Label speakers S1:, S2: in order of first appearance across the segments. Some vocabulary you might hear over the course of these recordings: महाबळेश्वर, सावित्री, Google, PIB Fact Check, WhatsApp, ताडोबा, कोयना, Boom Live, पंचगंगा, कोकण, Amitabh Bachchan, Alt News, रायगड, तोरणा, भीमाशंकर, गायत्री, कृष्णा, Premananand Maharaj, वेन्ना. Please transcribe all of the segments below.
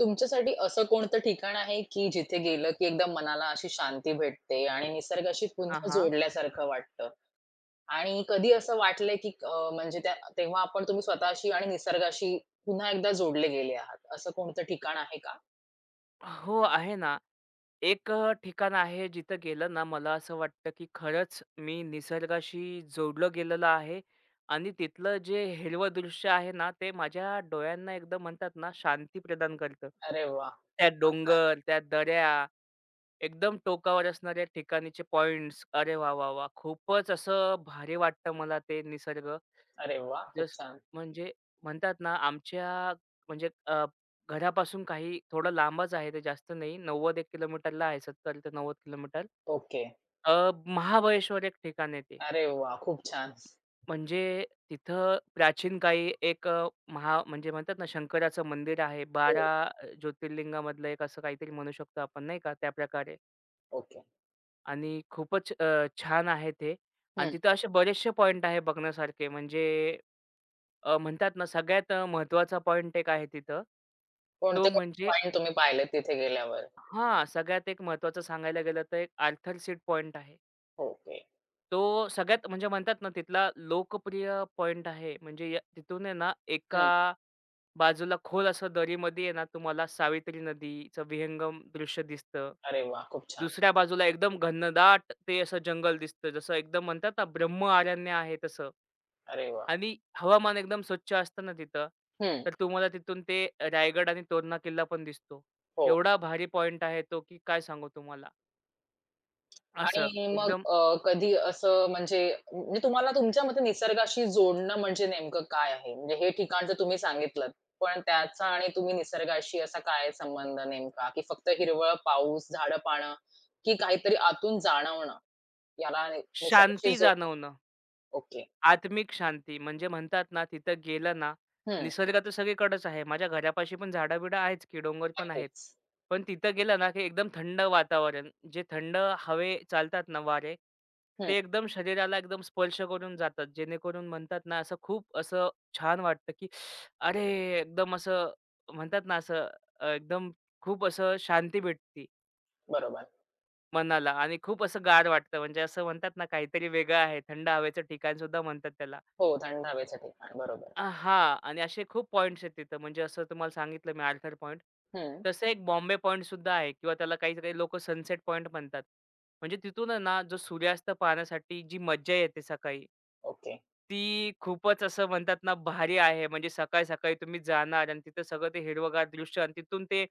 S1: तुमच्यासाठी असं कोणतं ठिकाण आहे, की जिथे गेलं, की एकदम मनाला अशी शांती भेटते आणि निसर्गाशी
S2: हां,
S1: पुन्हा
S2: हां.
S1: जोडल्यासारखं वाटतं? आणि कधी असं वाटलंय, की म्हणजे त्या तेव्हा आपण तुम्ही स्वतःशी आणि निसर्गाशी पुन्हा एकदा जोडले गेले आहात. असं कोणतं ठिकाण आहे का?
S2: हो, आहे ना. एक ठिकाण आहे जिथं गेलं ना मला असं वाटतं, की खरंच मी निसर्गाशी जोडलं गेलेलं आहे आणि तिथलं जे हिरवं दृश्य आहे ना, ते माझ्या डोळ्यांना एकदम म्हणतात ना शांती प्रदान करतं.
S1: अरे वाह!
S2: त्या डोंगर, त्या दऱ्या, एकदम टोकावर असणाऱ्या ठिकाणीचे पॉइंट्स. अरे वाह, वाह, वाह! खूपच असं भारी वाटतं मला ते निसर्ग.
S1: अरे वाह! खूप
S2: जसं
S1: छान.
S2: म्हणजे म्हणतात ना, आमच्या म्हणजे घरापासून काही थोडं लांबच आहे ते जास्त नाही. 90 एक किलोमीटरला आहे, 70 ते 90 किलोमीटर.
S1: ओके.
S2: महाबळेश्वर एक ठिकाण आहे ते.
S1: अरे वाह! खूप छान.
S2: म्हणजे तिथं प्राचीन काही एक महा म्हणजे म्हणतात ना, शंकराचं मंदिर आहे.
S1: हो,
S2: 12 ज्योतिर्लिंगामधलं एक असं काहीतरी म्हणू शकतो आपण नाही का, त्याप्रकारे.
S1: ओके.
S2: आणि खूपच छान आहे ते. आणि
S1: हं.
S2: तिथं असे बरेचसे पॉइंट आहे बघण्यासारखे. म्हणजे म्हणतात ना सगळ्यात महत्त्वाचा पॉइंट एक आहे तिथं. तो
S1: कोणते कोणते
S2: म्हणजे
S1: पॉइंट तुम्ही पाहिलेत तिथे गेल्यावर?
S2: हां, सगळ्यात एक महत्त्वाचं सांगायला गेलं तर एक आर्थर सीट पॉइंट आहे.
S1: ओके.
S2: तो सगळ्यात म्हणजे म्हणतात ना तिथला लोकप्रिय पॉइंट आहे. म्हणजे या तिथून आहे ना
S1: हं.
S2: एका बाजूला खोल असं दरीमध्ये आहे ना तुम्हाला सावित्री नदीचं विहंगम दृश्य दिसतं.
S1: अरे वाह! खूप छान.
S2: दुसऱ्या बाजूला एकदम घनदाट ते असं जंगल दिसतं. जसं एकदम म्हणतात ना ब्रह्म अरण्य आहे तसं.
S1: अरे वाह!
S2: आणि हवामान एकदम स्वच्छ असतं ना तिथं,
S1: हं.
S2: तर तुम्हाला तिथून ते रायगड आणि तोरणा किल्ला पण दिसतो.
S1: हो.
S2: एवढा भारी पॉइंट आहे तो, की काय सांगू तुम्हाला. असं
S1: आणि मग
S2: एकदम
S1: कधी असं म्हणजे म्हणजे तुम्हाला तुमच्या मते निसर्गाशी जोडणं म्हणजे नेमकं काय आहे? म्हणजे हे ठिकाण तर तुम्ही सांगितलंत. पण त्याचा आणि तुम्ही निसर्गाशी असा काय संबंध नेमका? की फक्त हिरवळ, पाऊस, झाडं-पानं की काहीतरी आतून जाणवणं याला निसर्गाशी
S2: शांती
S1: जोडणं?
S2: जाणवणं.
S1: ओके.
S2: आत्मिक शांती म्हणजे म्हणतात ना, तिथं गेलं ना,
S1: हं.
S2: निसर्ग तर सगळीकडेच आहे. माझ्या घरापाशी पण झाडं-बिडं आहेच की, डोंगर पण आहेत.
S1: नक्कीच.
S2: पण तिथं गेलं ना, की एकदम थंड वातावरण, जे थंड हवे चालतात ना वारे,
S1: हं.
S2: ते एकदम शरीराला एकदम स्पर्श करून जातात. जेणेकरून म्हणतात ना, असं खूप असं छान वाटतं, की अरे! एकदम असं म्हणतात ना, असं एकदम खूप असं शांती भेटती
S1: बरोबर.
S2: मनाला आणि खूप असं गार वाटतं. म्हणजे असं म्हणतात ना, काहीतरी वेगळं आहे. थंड हवेचं ठिकाणसुद्धा म्हणतात त्याला.
S1: हो, थंड हवेचं ठिकाण. बरोबर.
S2: हां. आणि असे खूप पॉइंट्स आहेत तिथं. म्हणजे असं तुम्हाला सांगितलं मी आर्थर पॉइंट.
S1: हं.
S2: तसं एक बॉम्बे पॉइंट सुद्धा आहे किंवा त्याला काही-काही लोकं सनसेट पॉइंट म्हणतात. म्हणजे तिथून आहे ना, जो सूर्यास्त पाहण्यासाठी जी मज्जा येते सकाळी,
S1: ओके.
S2: ती खूपच असं म्हणतात ना, भारी आहे. म्हणजे सकाळी-सकाळी तुम्ही जाणार आणि तिथं सगळं ते हिरवंगार दृश्य आणि तिथून ते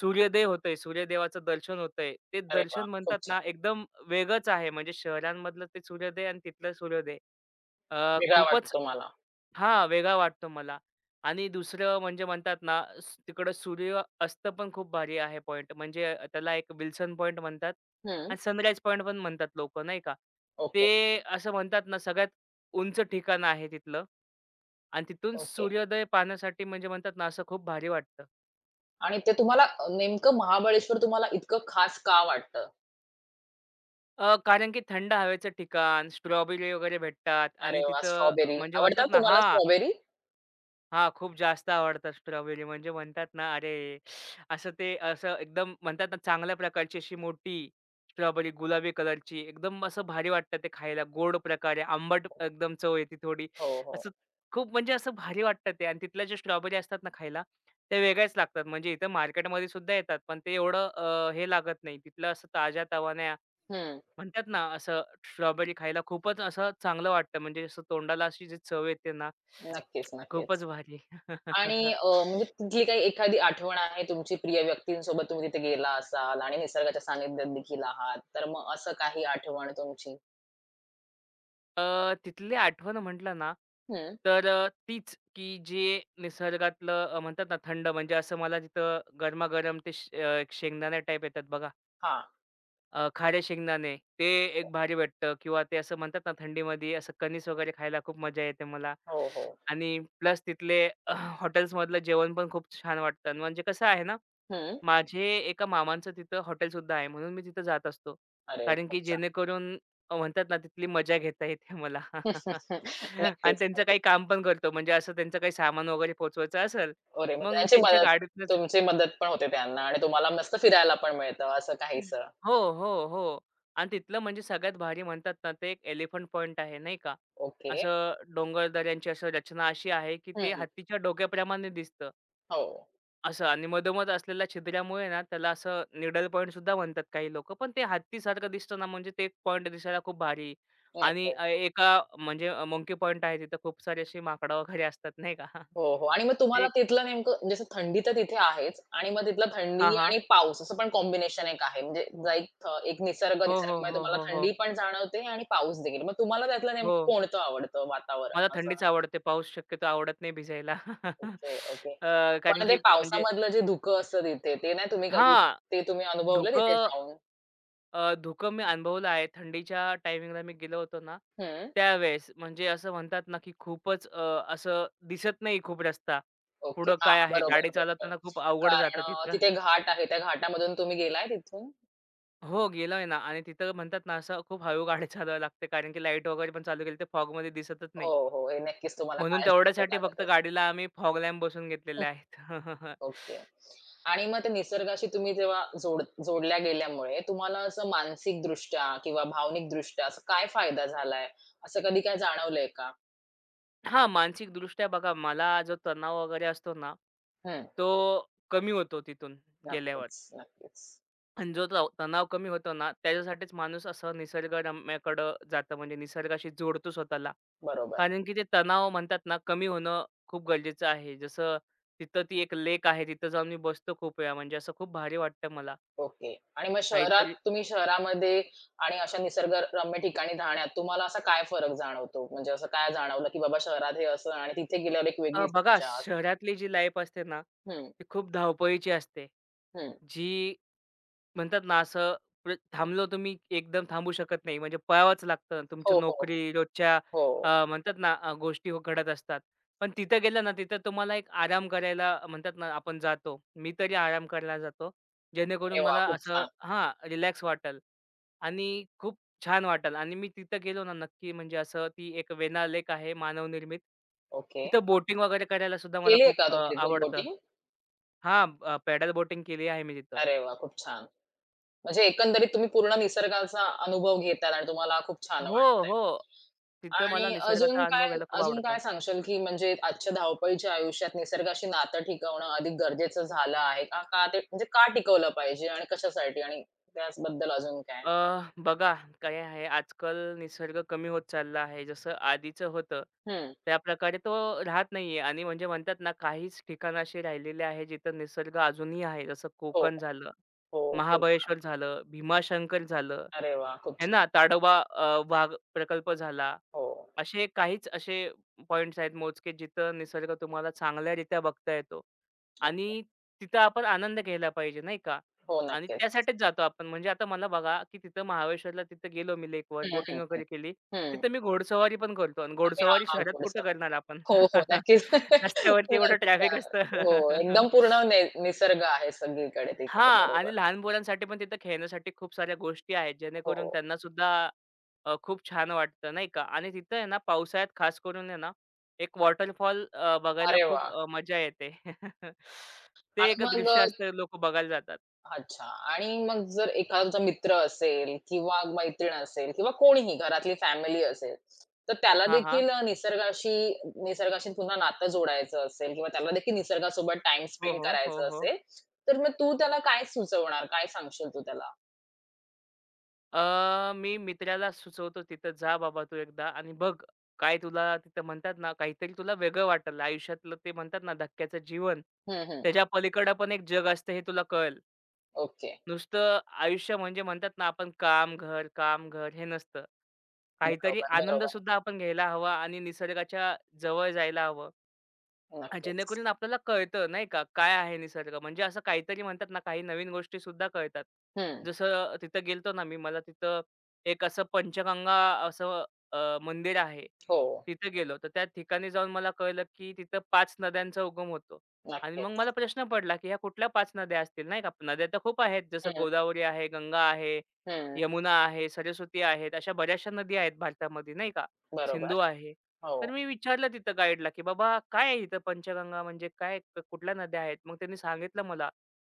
S2: सूर्योदय होतोय, सूर्यदेवाचं दर्शन होतंय. ते
S1: अरे वाह!
S2: दर्शन
S1: खूप
S2: म्हणतात
S1: छान.
S2: ना, एकदम वेगळंच आहे. म्हणजे शहरांमधलं ते सूर्योदय आणि तिथलं सूर्योदय
S1: वेगळा वाटतो
S2: खूपच
S1: तुम्हाला.
S2: हां, वेगळा वाटतो मला आणि दुसरं म्हणजे म्हणतात ना, तिकडं सूर्य अस्त पण खूप भारी आहे पॉइंट. म्हणजे त्याला एक विल्सन पॉइंट म्हणतात
S1: हं.
S2: आणि सनराईज पॉइंट पण म्हणतात लोकं नाही का.
S1: ओके,
S2: ते असं म्हणतात ना, सगळ्यात उंच ठिकाण आहे तिथलं आणि तिथून
S1: ओके.
S2: सूर्योदय पाहण्यासाठी म्हणजे म्हणतात ना, असं खूप भारी वाटतं.
S1: आणि ते तुम्हाला नेमकं महाबळेश्वर तुम्हाला इतकं खास का वाटतं?
S2: कारण की थंड हवेचं ठिकाण, स्ट्रॉबेरी वगैरे भेटतात
S1: अरे
S2: आणि
S1: वाह!
S2: तिथं
S1: स्ट्रॉबेरी
S2: म्हणजे म्हणतात
S1: आवडतात
S2: ना
S1: तुम्हाला
S2: हां.
S1: स्ट्रॉबेरी?
S2: हां, खूप जास्त आवडतात स्ट्रॉबेरी म्हणजे म्हणतात ना, अरे असं ते असं एकदम म्हणतात ना, चांगल्या प्रकारची अशी मोठी स्ट्रॉबेरी गुलाबी कलरची एकदम असं भारी वाटतं ते खायला. गोड प्रकारे आंबट एकदम चव येते थोडी.
S1: हो,
S2: असं
S1: हो.
S2: खूप म्हणजे असं भारी वाटतं ते आणि तिथल्या ज्या स्ट्रॉबेरी असतात ना खायला, त्या वेगळ्याच लागतात. म्हणजे इथं मार्केटमध्ये सुद्धा येतात, पण ते एवढं हे लागत नाही. तिथलं असं ताज्या तवान्या
S1: हं.
S2: म्हणतात ना, असं स्ट्रॉबेरी खायला खूपच असं चांगलं वाटतं. म्हणजे असं तोंडाला अशी जी चव येते ना
S1: नक्कीच, नक्कीच.
S2: खूपच भारी.
S1: आणि म्हणजे तिथली काही एखादी आठवण आहे तुमची प्रिय व्यक्तींसोबत तुम्ही तिथे गेला असाल आणि निसर्गाच्या सानिध्यात देखील आहात, तर मग असं काही आठवण तुमची?
S2: तिथली आठवण म्हटलं ना,
S1: हं.
S2: तर तीच की जे निसर्गातलं म्हणतात ना थंड म्हणजे असं मला तिथं गरमागरम ते एक शेंगदाणे टाईप येतात बघा.
S1: हां.
S2: खारे शेंगदाणे ते एक भारी वाटतं किंवा ते असं म्हणतात ना थंडीमध्ये असं कणीस वगैरे खायला खूप मजा येते मला.
S1: हो, हो.
S2: आणि प्लस तिथले हॉटेल्समधलं जेवण पण खूप छान वाटतं. आणि म्हणजे कसं आहे ना
S1: हं.
S2: माझे एका मामांचं तिथं हॉटेलसुद्धा आहे. म्हणून मी तिथं जात असतो.
S1: अरे
S2: कारण की
S1: खूप छान.
S2: जेणेकरून म्हणतात ना तिथली मजा घेता येते मला.
S1: नक्कीच,
S2: आणि त्यांचं काही
S1: नक्कीच.
S2: काम पण करतो. म्हणजे असं त्यांचं काही सामान वगैरे पोहचवायचं असेल,
S1: अरे मग
S2: मग
S1: त्यांची
S2: त्यांच्या
S1: मदत
S2: गाडीतनंच
S1: तुमची मदत पण होते त्यांना आणि तुम्हाला मस्त फिरायला पण मिळतं असं काहीसं.
S2: हो, हो, हो. आणि तिथलं म्हणजे सगळ्यात भारी म्हणतात ना ते एक एलिफंट पॉइंट आहे नाही का.
S1: ओके.
S2: असं डोंगर-दऱ्यांची असं रचना अशी आहे, की ते
S1: हं.
S2: हत्तीच्या डोक्याप्रमाणे दिसतं.
S1: हो,
S2: असं आणि मधोमध असलेल्या छिद्रामुळे ना त्याला असं निडल पॉइंट सुद्धा म्हणतात काही लोक. पण ते हत्तीसारखं दिसतं ना म्हणजे ते पॉइंट दिसायला खूप भारी आणि
S1: नक्कीच.
S2: एका म्हणजे मंकी पॉइंट आहे तिथं खूप सारे असे माकडं वगैरे असतात नाही का?
S1: हो, हो. आणि मग तुम्हाला
S2: ते
S1: तिथलं नेमकं जसं थंडी तर तिथे आहेच आणि मग तिथलं
S2: हां,
S1: थंडी
S2: हां.
S1: आणि पाऊस असं पण कॉम्बिनेशन एक आहे. म्हणजे लाइक एक
S2: हो, हो,
S1: निसर्गमय
S2: हो,
S1: तुम्हाला
S2: हो,
S1: थंडी
S2: हो.
S1: पण जाणवते आणि पाऊस देखील. मग तुम्हाला त्यातलं
S2: हो.
S1: नेमकं कोणतं आवडतं
S2: मला
S1: वातावरण असं?
S2: थंडीच आवडते. पाऊस शक्यतो आवडत नाही भिजायला.
S1: Okay, okay.
S2: कारण
S1: पण ते
S2: की म्हणजे
S1: पावसामधलं जे धुकं असतं तिथे ते नाही तुम्ही कधी
S2: हां,
S1: ते तुम्ही अनुभवलं तिथे
S2: धुकं
S1: जाऊन?
S2: धुकं मी अनुभवलं आहे. थंडीच्या टायमिंगला मी गेलो होतो ना,
S1: हं.
S2: त्यावेळेस म्हणजे असं म्हणतात ना, की खूपच असं दिसत नाही खूप रस्ता.
S1: ओके.
S2: पुढं
S1: हां,
S2: काय आहे?
S1: बरोबर,
S2: गाडी
S1: बरोबर.
S2: चालवताना खूप अवघड
S1: कारण
S2: जातं तिथं.
S1: तिथे घाट आहे. त्या घाटामधून तुम्ही गेलाय तिथून?
S2: हो, गेलोय ना आणि तिथं म्हणतात ना, असं खूप हळू गाडी चालवावी लागते कारण की लाईट वगैरे पण चालू केली तर फॉगमध्ये दिसतच
S1: हो,
S2: नाही.
S1: हो. हे नक्कीच तुम्हाला
S2: म्हणून
S1: काळजी घ्यावी
S2: तेवढ्यासाठी
S1: लागत
S2: फक्त
S1: असेल.
S2: गाडीला आम्ही फॉग लॅम्प बसवून घेतलेले आहेत.
S1: ओके. आणि मग ते निसर्गाशी तुम्ही जेव्हा जोडल्या गेल्यामुळे तुम्हाला असं मानसिकदृष्ट्या किंवा भावनिकदृष्ट्या असा काय फायदा झालाय? असं कधी काय जाणवलंय का?
S2: हां, मानसिकदृष्ट्या बघा मला जो तणाव वगैरे असतो ना,
S1: हं.
S2: तो कमी होतो तिथून गेल्यावर.
S1: नक्कीच, नक्कीच.
S2: आणि जो तणाव कमी होतो ना, त्याच्यासाठीच माणूस असं निसर्गरम्याकडं जातं, म्हणजे निसर्गाशी जोडतो स्वतःला.
S1: बरोबर.
S2: कारण की ते तणाव म्हणतात ना, कमी होणं खूप गरजेचं आहे. जसं तिथं ती एक लेक आहे, तिथं जाऊन मी बसतो खूप वेळा. म्हणजे असं खूप भारी वाटतं मला.
S1: ओके. आणि मग शहरात
S2: काहीतरी
S1: तुम्ही शहरामध्ये आणि अशा निसर्गरम्य ठिकाणी राहण्यात तुम्हाला असा काय फरक जाणवतो? म्हणजे असं काय जाणवलं, की बाबा शहरात हे असं आणि तिथे गेल्यावर एक वेगळीच
S2: बघा
S1: मजा असते?
S2: शहरातली जी लाईफ असते ना,
S1: हं,
S2: ती खूप धावपळीची असते.
S1: हं.
S2: जी म्हणतात ना असं थांबलो तुम्ही एकदम थांबू शकत नाही. म्हणजे पळावंच लागतं. तुमची
S1: हो, हो.
S2: नोकरी, रोजच्या
S1: हो.
S2: म्हणतात ना गोष्टी घडत असतात. पण तिथं गेलं ना, तिथं तुम्हाला एक आराम करायला म्हणतात ना आपण जातो. मी तरी आराम करायला जातो. जेणेकरून
S1: अरे वाह!
S2: मला
S1: खूप
S2: असं
S1: छान.
S2: हां, रिलॅक्स वाटेल आणि खूप छान वाटेल आणि मी तिथं गेलो ना नक्की म्हणजे असं ती एक वेण्णा लेक आहे मानवनिर्मित.
S1: ओके.
S2: तिथं बोटिंग वगैरे करायला सुद्धा मला
S1: केलीये
S2: खूप
S1: का तुम्ही तिथे
S2: आवडतं.
S1: बोटिंग?
S2: हां, बोटिंग केली आहे मी तिथं.
S1: अरे वाह! खूप छान. म्हणजे एकंदरीत तुम्ही पूर्ण निसर्गाचा अनुभव घेताय आणि तुम्हाला खूप छान
S2: हो,
S1: वाटतंय.
S2: हो. तिथं मला
S1: आणि अजून
S2: निसर्गाचा अनुभव
S1: काय
S2: घ्यायला खूप
S1: अजून
S2: आवडतं.
S1: काय सांगशील, की म्हणजे आजच्या धावपळीच्या आयुष्यात निसर्गाशी नातं टिकवणं अधिक गरजेचं झालं आहे का? का ते म्हणजे का टिकवलं पाहिजे आणि कशासाठी आणि त्याचबद्दल अजून काय?
S2: अ, बघा काय आहे आजकाल निसर्ग कमी होत चालला आहे. जसं आधीचं होतं,
S1: हं.
S2: त्या प्रकारे तो राहत नाहीये आणि म्हणजे म्हणतात ना काहीच ठिकाणं अशी राहिलेली आहे जिथं निसर्ग अजूनही आहे. जसं
S1: हो,
S2: कोकण झालं,
S1: हो, हो.
S2: महाबळेश्वर झालं, भीमाशंकर झालं,
S1: अरे वाह! खूप
S2: आहे
S1: छान.
S2: ना. ताडोबा वाघ प्रकल्प झाला.
S1: हो,
S2: असे काहीच असे पॉइंट्स आहेत मोजके जिथं निसर्ग तुम्हाला चांगल्यारीत्या बघता येतो
S1: हो,
S2: आणि तिथं आपण आनंद घ्यायला पाहिजे नाही का?
S1: हो,
S2: आणि
S1: नक्कीच.
S2: त्यासाठीच जातो आपण. म्हणजे आता मला बघा, की तिथं महाबळेश्वरला तिथं गेलो मी लेकवर,
S1: हं,
S2: बोटिंग
S1: हं, हं.
S2: वगैरे केली.
S1: हं.
S2: तिथं मी घोडेस्वारी पण करतो आणि
S1: अरे हां,
S2: घोडेस्वारी
S1: हां,
S2: शहरात
S1: गोड
S2: कुठं
S1: सवय.
S2: करणार आपण?
S1: हो, हो, नक्कीच.
S2: रस्त्यावरती
S1: तर
S2: एवढं
S1: अच्छा.
S2: ट्रॅफिक असतं.
S1: हो, एकदम पूर्ण निसर्ग आहे सगळीकडे तिकडे.
S2: हां.
S1: बरोबर.
S2: आणि लहान मुलांसाठी पण तिथं खेळण्यासाठी खूप साऱ्या गोष्टी आहेत, जेणेकरून
S1: हो.
S2: त्यांना सुद्धा खूप छान वाटतं नाही का. आणि तिथं आहे ना पावसाळ्यात खास करून आहे ना, एक वॉटरफॉल बघायला
S1: अरे
S2: खूप
S1: वाह!
S2: मजा येते. ते
S1: आणि
S2: एक
S1: मग
S2: दृश्य असतं लोकं बघायला जातात.
S1: अच्छा आणि मग जर एखादा तुमचा मित्र असेल किंवा मैत्रीण असेल किंवा कोणीही घरातली फॅमिली असेल, तर त्याला
S2: हां, हां.
S1: देखील निसर्गाशी निसर्गाशी पुन्हा नातं जोडायचं असेल किंवा त्याला देखील निसर्गासोबत टाईम
S2: हो,
S1: स्पेंड
S2: हो. हो,
S1: करायचं
S2: हो.
S1: असेल, तर मग तू त्याला काय सुचवणार? काय सांगशील तू त्याला?
S2: मी मित्राला सुचवतो तिथं जा बाबा तू एकदा आणि बघ काय तुला तिथं म्हणतात ना काहीतरी तुला वेगळं वाटेल आयुष्यातलं ते म्हणतात ना धक्क्याचं जीवन.
S1: हं, हं.
S2: त्याच्या पलीकडं पण एक जग असतं हे तुला कळेल.
S1: ओके.
S2: नुसतं आयुष्य म्हणजे म्हणतात ना आपण काम, घर, काम, घर हे नसतं. काहीतरी
S1: बरोबर,
S2: आनंद
S1: बरोबर.
S2: सुद्धा आपण घ्यायला हवा आणि निसर्गाच्या जवळ जायला हवं. हां,
S1: नक्कीच.
S2: जेणेकरून आपल्याला कळतं नाही का, काय आहे निसर्ग? म्हणजे असं काहीतरी म्हणतात ना, काही नवीन गोष्टी सुद्धा कळतात.
S1: हं.
S2: जसं तिथं गेलतो ना मी, मला तिथं एक असं पंचगंगा असं मंदिर आहे.
S1: हो.
S2: तिथं गेलो, तर त्या ठिकाणी जाऊन मला कळलं, की तिथं 5 नद्यांचा उगम होतो. आणि मग
S1: नक्कीच.
S2: मला प्रश्न पडला, की ह्या कुठल्या 5 नद्या असतील नाही का? नद्या तर खूप आहेत, जसं
S1: हं,
S2: गोदावरी आहे, गंगा आहे,
S1: हं.
S2: यमुना आहे, सरस्वती आहेत, अशा बऱ्याचशा नदी आहेत भारतामध्ये नाही का?
S1: बरोबर.
S2: सिंधू आहे. तर
S1: हो.
S2: मी विचारलं तिथं गाईडला, की "बाबा काय आहे इथं पंचगंगा म्हणजे काय? कुठल्या नद्या आहेत?" मग त्यांनी सांगितलं मला,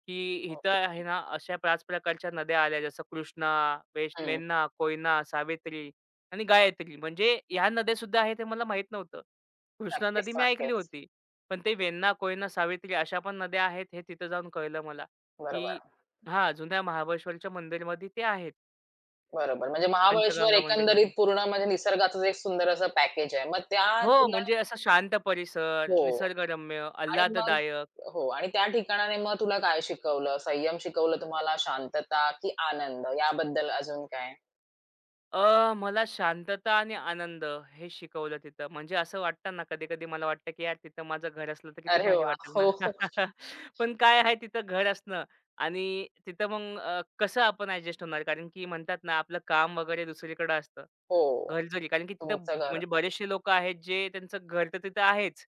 S2: की "इथं
S1: ओके.
S2: आहे ना अशा 5 प्रकारच्या नद्या आल्या जसं कृष्णा, वेश
S1: हं.
S2: मेन्ना, कोयना, सावित्री आणि गायत्री." म्हणजे ह्या नद्यासुद्धा आहेत हे मला माहीत नव्हतं. कृष्णा
S1: नक्कीच,
S2: नदी मी ऐकली
S1: नक्कीच.
S2: होती. पण ते वेन्ना, कोयना, सावित्री अशा पण नद्या आहेत हे तिथं जाऊन कळलं मला,
S1: बरोबर.
S2: की हां, जुन्या महाबळेश्वरच्या मंदिरमध्ये ते आहेत
S1: बरोबर. म्हणजे महाबळेश्वर
S2: पंचगंगा मंदिरमध्ये.
S1: एकंदरीत पूर्ण म्हणजे निसर्गाचंच एक सुंदर असं पॅकेज आहे. मग त्या
S2: हो,
S1: तुला
S2: म्हणजे असा शांत परिसर,
S1: हो.
S2: निसर्गरम्य,
S1: आणि मग
S2: आल्हाददायक.
S1: हो. आणि त्या ठिकाणाने मग तुला काय शिकवलं? संयम शिकवलं तुम्हाला, शांतता की आनंद याबद्दल अजून काय?
S2: मला शांतता आणि आनंद हे शिकवलं तिथं. म्हणजे असं वाटतं ना, कधी-कधी मला वाटतं, की यार तिथं माझं घर असलं तर किती
S1: अरे
S2: भारी
S1: वाह!
S2: वाटेल ना.
S1: हो, हो.
S2: पण काय आहे तिथं घर असणं आणि तिथं मग कसं आपण ॲडजस्ट होणार? कारण की म्हणतात ना, आपलं काम वगैरे दुसरीकडे असतं.
S1: हो.
S2: घर जरी कारण की तिथं
S1: तुमचं घर.
S2: म्हणजे बरेचसे लोकं आहेत, जे त्यांचं घर तर तिथं आहेच,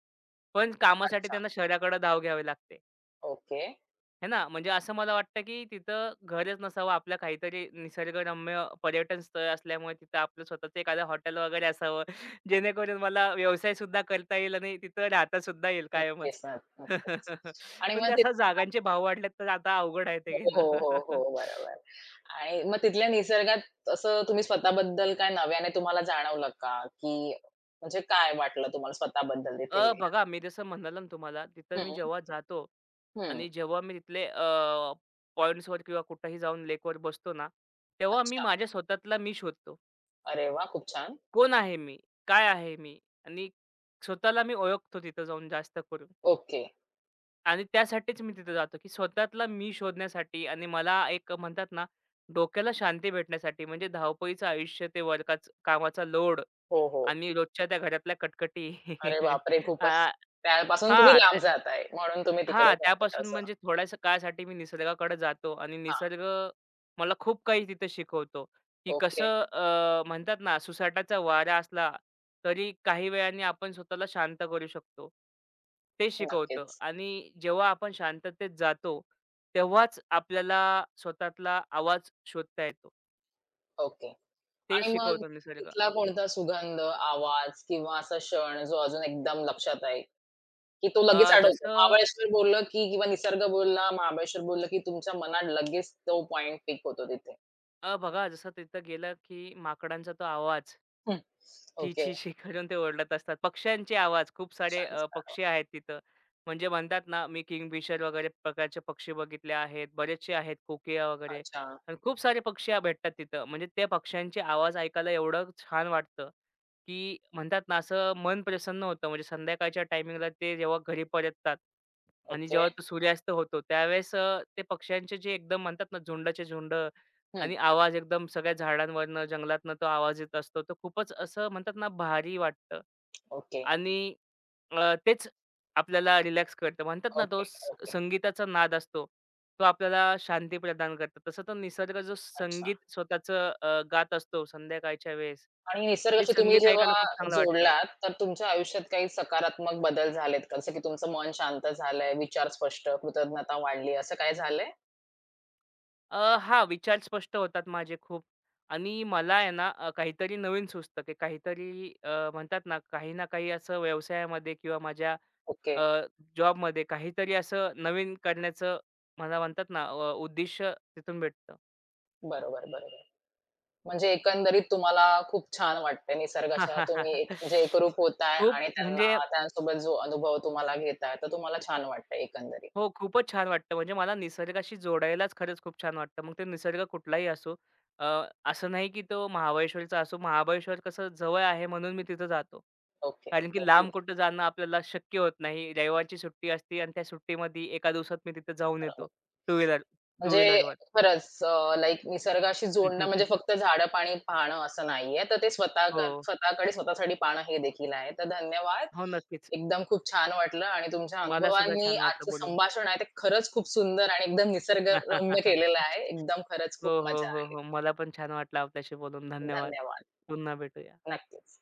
S2: पण कामासाठी
S1: अच्छा.
S2: त्यांना शहराकडे धाव घ्यावी लागते.
S1: ओके.
S2: आहे ना, म्हणजे असं मला वाटतं, की तिथं घरच नसावं आपलं काहीतरी निसर्गरम्य पर्यटन स्थळ असल्यामुळे तिथं आपलं स्वतःचं एखादं हॉटेल वगैरे असावं, जेणेकरून मला व्यवसाय सुद्धा करता येईल आणि तिथं राहतासुद्धा येईल कायमच.
S1: नक्कीच, नक्कीच. आणि
S2: पण ते
S1: मग
S2: असं जागांचे भाव वाढलेत, तर आता अवघड आहे ते
S1: हो,
S2: घेणं.
S1: हो, हो, हो. बरोबर. आणि मग तिथल्या निसर्गात असं तुम्ही स्वतःबद्दल काय नव्याने तुम्हाला जाणवलं का? की म्हणजे काय वाटलं तुम्हाला स्वतःबद्दल तिथे गेल्यावर?
S2: बघा मी जसं म्हणालो ना तुम्हाला, तिथं मी
S1: हं,
S2: जेव्हा जातो
S1: हं.
S2: आणि जेव्हा मी तिथले पॉइंट्सवर किंवा कुठेही जाऊन लेकवर बसतो ना, तेव्हा मी
S1: अच्छा.
S2: माझ्या स्वतःतला मी शोधतो.
S1: अरे वाह! खूप छान.
S2: कोण आहे मी? काय आहे मी? आणि स्वतःला मी ओळखतो तिथं जाऊन जास्त करून.
S1: ओके.
S2: आणि त्यासाठीच मी तिथं जातो, की स्वतःतला मी शोधण्यासाठी आणि मला एक म्हणतात ना, डोक्याला शांती भेटण्यासाठी. म्हणजे धावपळीचं आयुष्य, ते कामाचा लोड
S1: हो, हो.
S2: आणि रोजच्या त्या घरातल्या कटकटी.
S1: अरे बापरे! खूपच.
S2: आ
S1: त्यापासून तुम्ही
S2: हां.
S1: लांब जाताय म्हणून तुम्ही तिकडे
S2: हां,
S1: जाताय
S2: त्यापासून
S1: असं.
S2: म्हणजे थोड्याशा काळासाठी मी निसर्गाकडे जातो आणि
S1: हां.
S2: निसर्ग मला खूप काही तिथे शिकवतो, की
S1: ओके.
S2: कसं म्हणतात ना, सुसाटाचा वारा असला तरी काही वेळाने आपण स्वतःला शांत करू शकतो. ते शिकवतं
S1: नक्कीच.
S2: आणि जेव्हा आपण शांततेत जातो, तेव्हाच आपल्याला स्वतःतला आवाज शोधता येतो.
S1: ओके.
S2: ते
S1: आणि मग
S2: शिकवतो निसर्ग.
S1: तिथला कोणता सुगंध, आवाज किंवा असा क्षण जो अजून एकदम लक्षात आहे? की तो लगेच
S2: अ,
S1: अडवतो.
S2: जसं
S1: महाबळेश्वर बोललं की किंवा निसर्ग बोलला, महाबळेश्वर बोललं की तुमच्या मनात लगेच तो पॉइंट पिक होतो तिथे.
S2: बघा जसं तिथं गेलं, की माकडांचा तो आवाज
S1: हं.
S2: ची,
S1: ओके.
S2: ची छी करून ते ओरडत असतात. पक्ष्यांचे आवाज खूप सारे
S1: छान.
S2: पक्षी आहेत तिथं. म्हणजे म्हणतात ना, मी किंगफिशर वगैरे प्रकारचे पक्षी बघितले आहेत. बरेचसे आहेत कोकिया वगैरे
S1: अच्छा.
S2: आणि खूप सारे पक्षी भेटतात तिथं. म्हणजे त्या पक्ष्यांचे आवाज ऐकायला एवढं छान वाटतं, की म्हणतात ना, असं मन प्रसन्न होतं. म्हणजे संध्याकाळच्या टायमिंगला ते जेव्हा घरी परततात आणि
S1: ओके.
S2: जेव्हा तो सूर्यास्त होतो त्यावेळेस ते पक्ष्यांचे जे एकदम म्हणतात ना, झुंडचे झुंड
S1: हं.
S2: आणि आवाज एकदम सगळ्या झाडांवरनं, जंगलातनं तो आवाज येत असतो. तर खूपच असं म्हणतात ना, भारी वाटतं
S1: ओके,
S2: आणि तेच आपल्याला रिलॅक्स करतं. म्हणतात ना, तो
S1: ओके, ओके.
S2: संगीताचा नाद असतो, तो आपल्याला शांती प्रदान करतो. तसं तर निसर्ग जो
S1: अच्छा.
S2: संगीत स्वतःचं गात असतो संध्याकाळच्या वेळेस,
S1: आणि
S2: ते
S1: निसर्गाशी तुम्ही
S2: संगीत ऐकायला
S1: जेव्हा
S2: खूप चांगलं वाटतं.
S1: जोडलात, तर तुमच्या आयुष्यात काही सकारात्मक बदल झालेत का? जसं की तुमचं मन शांत झालंय, विचार स्पष्ट, कृतज्ञता वाढली, असं काय झालंय?
S2: हां, विचार स्पष्ट होतात माझे खूप आणि मला आहे ना, काहीतरी नवीन सुचतं, की काहीतरी म्हणतात ना, काही ना काही असं व्यवसायामध्ये किंवा माझ्या
S1: ओके.
S2: अ, जॉबमध्ये काहीतरी असं नवीन करण्याचं मला म्हणतात ना उद्दिष्ट तिथून भेटतं.
S1: बरोबर, बरोबर. म्हणजे एकंदरीत तुम्हाला खूप छान वाटतंय निसर्गाच्या तुम्ही एक म्हणजे एकरूप होताय आणि
S2: खूप
S1: त्यांना
S2: म्हणजे
S1: त्यांसोबत जो अनुभव तुम्हाला घेताय, तर तुम्हाला छान वाटतंय एकंदरीत.
S2: हो, खूपच छान वाटतं. म्हणजे मला निसर्गाशी जोडायलाच खरंच खूप छान वाटतं. मग ते निसर्ग कुठलाही असो. अ, असं नाही की तो महाबळेश्वरचा असो. महाबळेश्वर कसं जवळ आहे म्हणून मी तिथं जातो.
S1: ओके,
S2: कारण की
S1: ओके.
S2: लांब
S1: ठीक आहे.
S2: कुठं जाणं आपल्याला शक्य होत नाही. रविवारची सुट्टी असते आणि त्या सुट्टीमध्ये एका दिवसात मी तिथं जाऊन येतो.
S1: बरोबर.
S2: टू व्हीलर टू
S1: म्हणजे
S2: व्हीलरवर.
S1: खरंच लाइक निसर्गाशी जोडणं म्हणजे फक्त झाडं-पाणी पाहणं असं नाहीये. तर ते
S2: हो.
S1: स्वतःकडे स्वतःसाठी पाहणं हे देखील आहे. तर धन्यवाद.
S2: हो, नक्कीच.
S1: एकदम खूप छान वाटलं आणि तुमच्या
S2: मला सुद्धा
S1: अनुभवांनी
S2: छान वाटलं
S1: आजचं
S2: बोलून.
S1: संभाषण आहे ते खरंच खूप सुंदर आणि एकदम निसर्गरम्य केलेलं आहे. एकदम खरंच
S2: हो,
S1: खूप
S2: हो,
S1: मजा
S2: हो,
S1: आली.
S2: हो. मला पण छान वाटलं आपल्याशी बोलून. धन्यवाद.
S1: धन्यवाद.
S2: पुन्हा भेटूया.
S1: नक्कीच.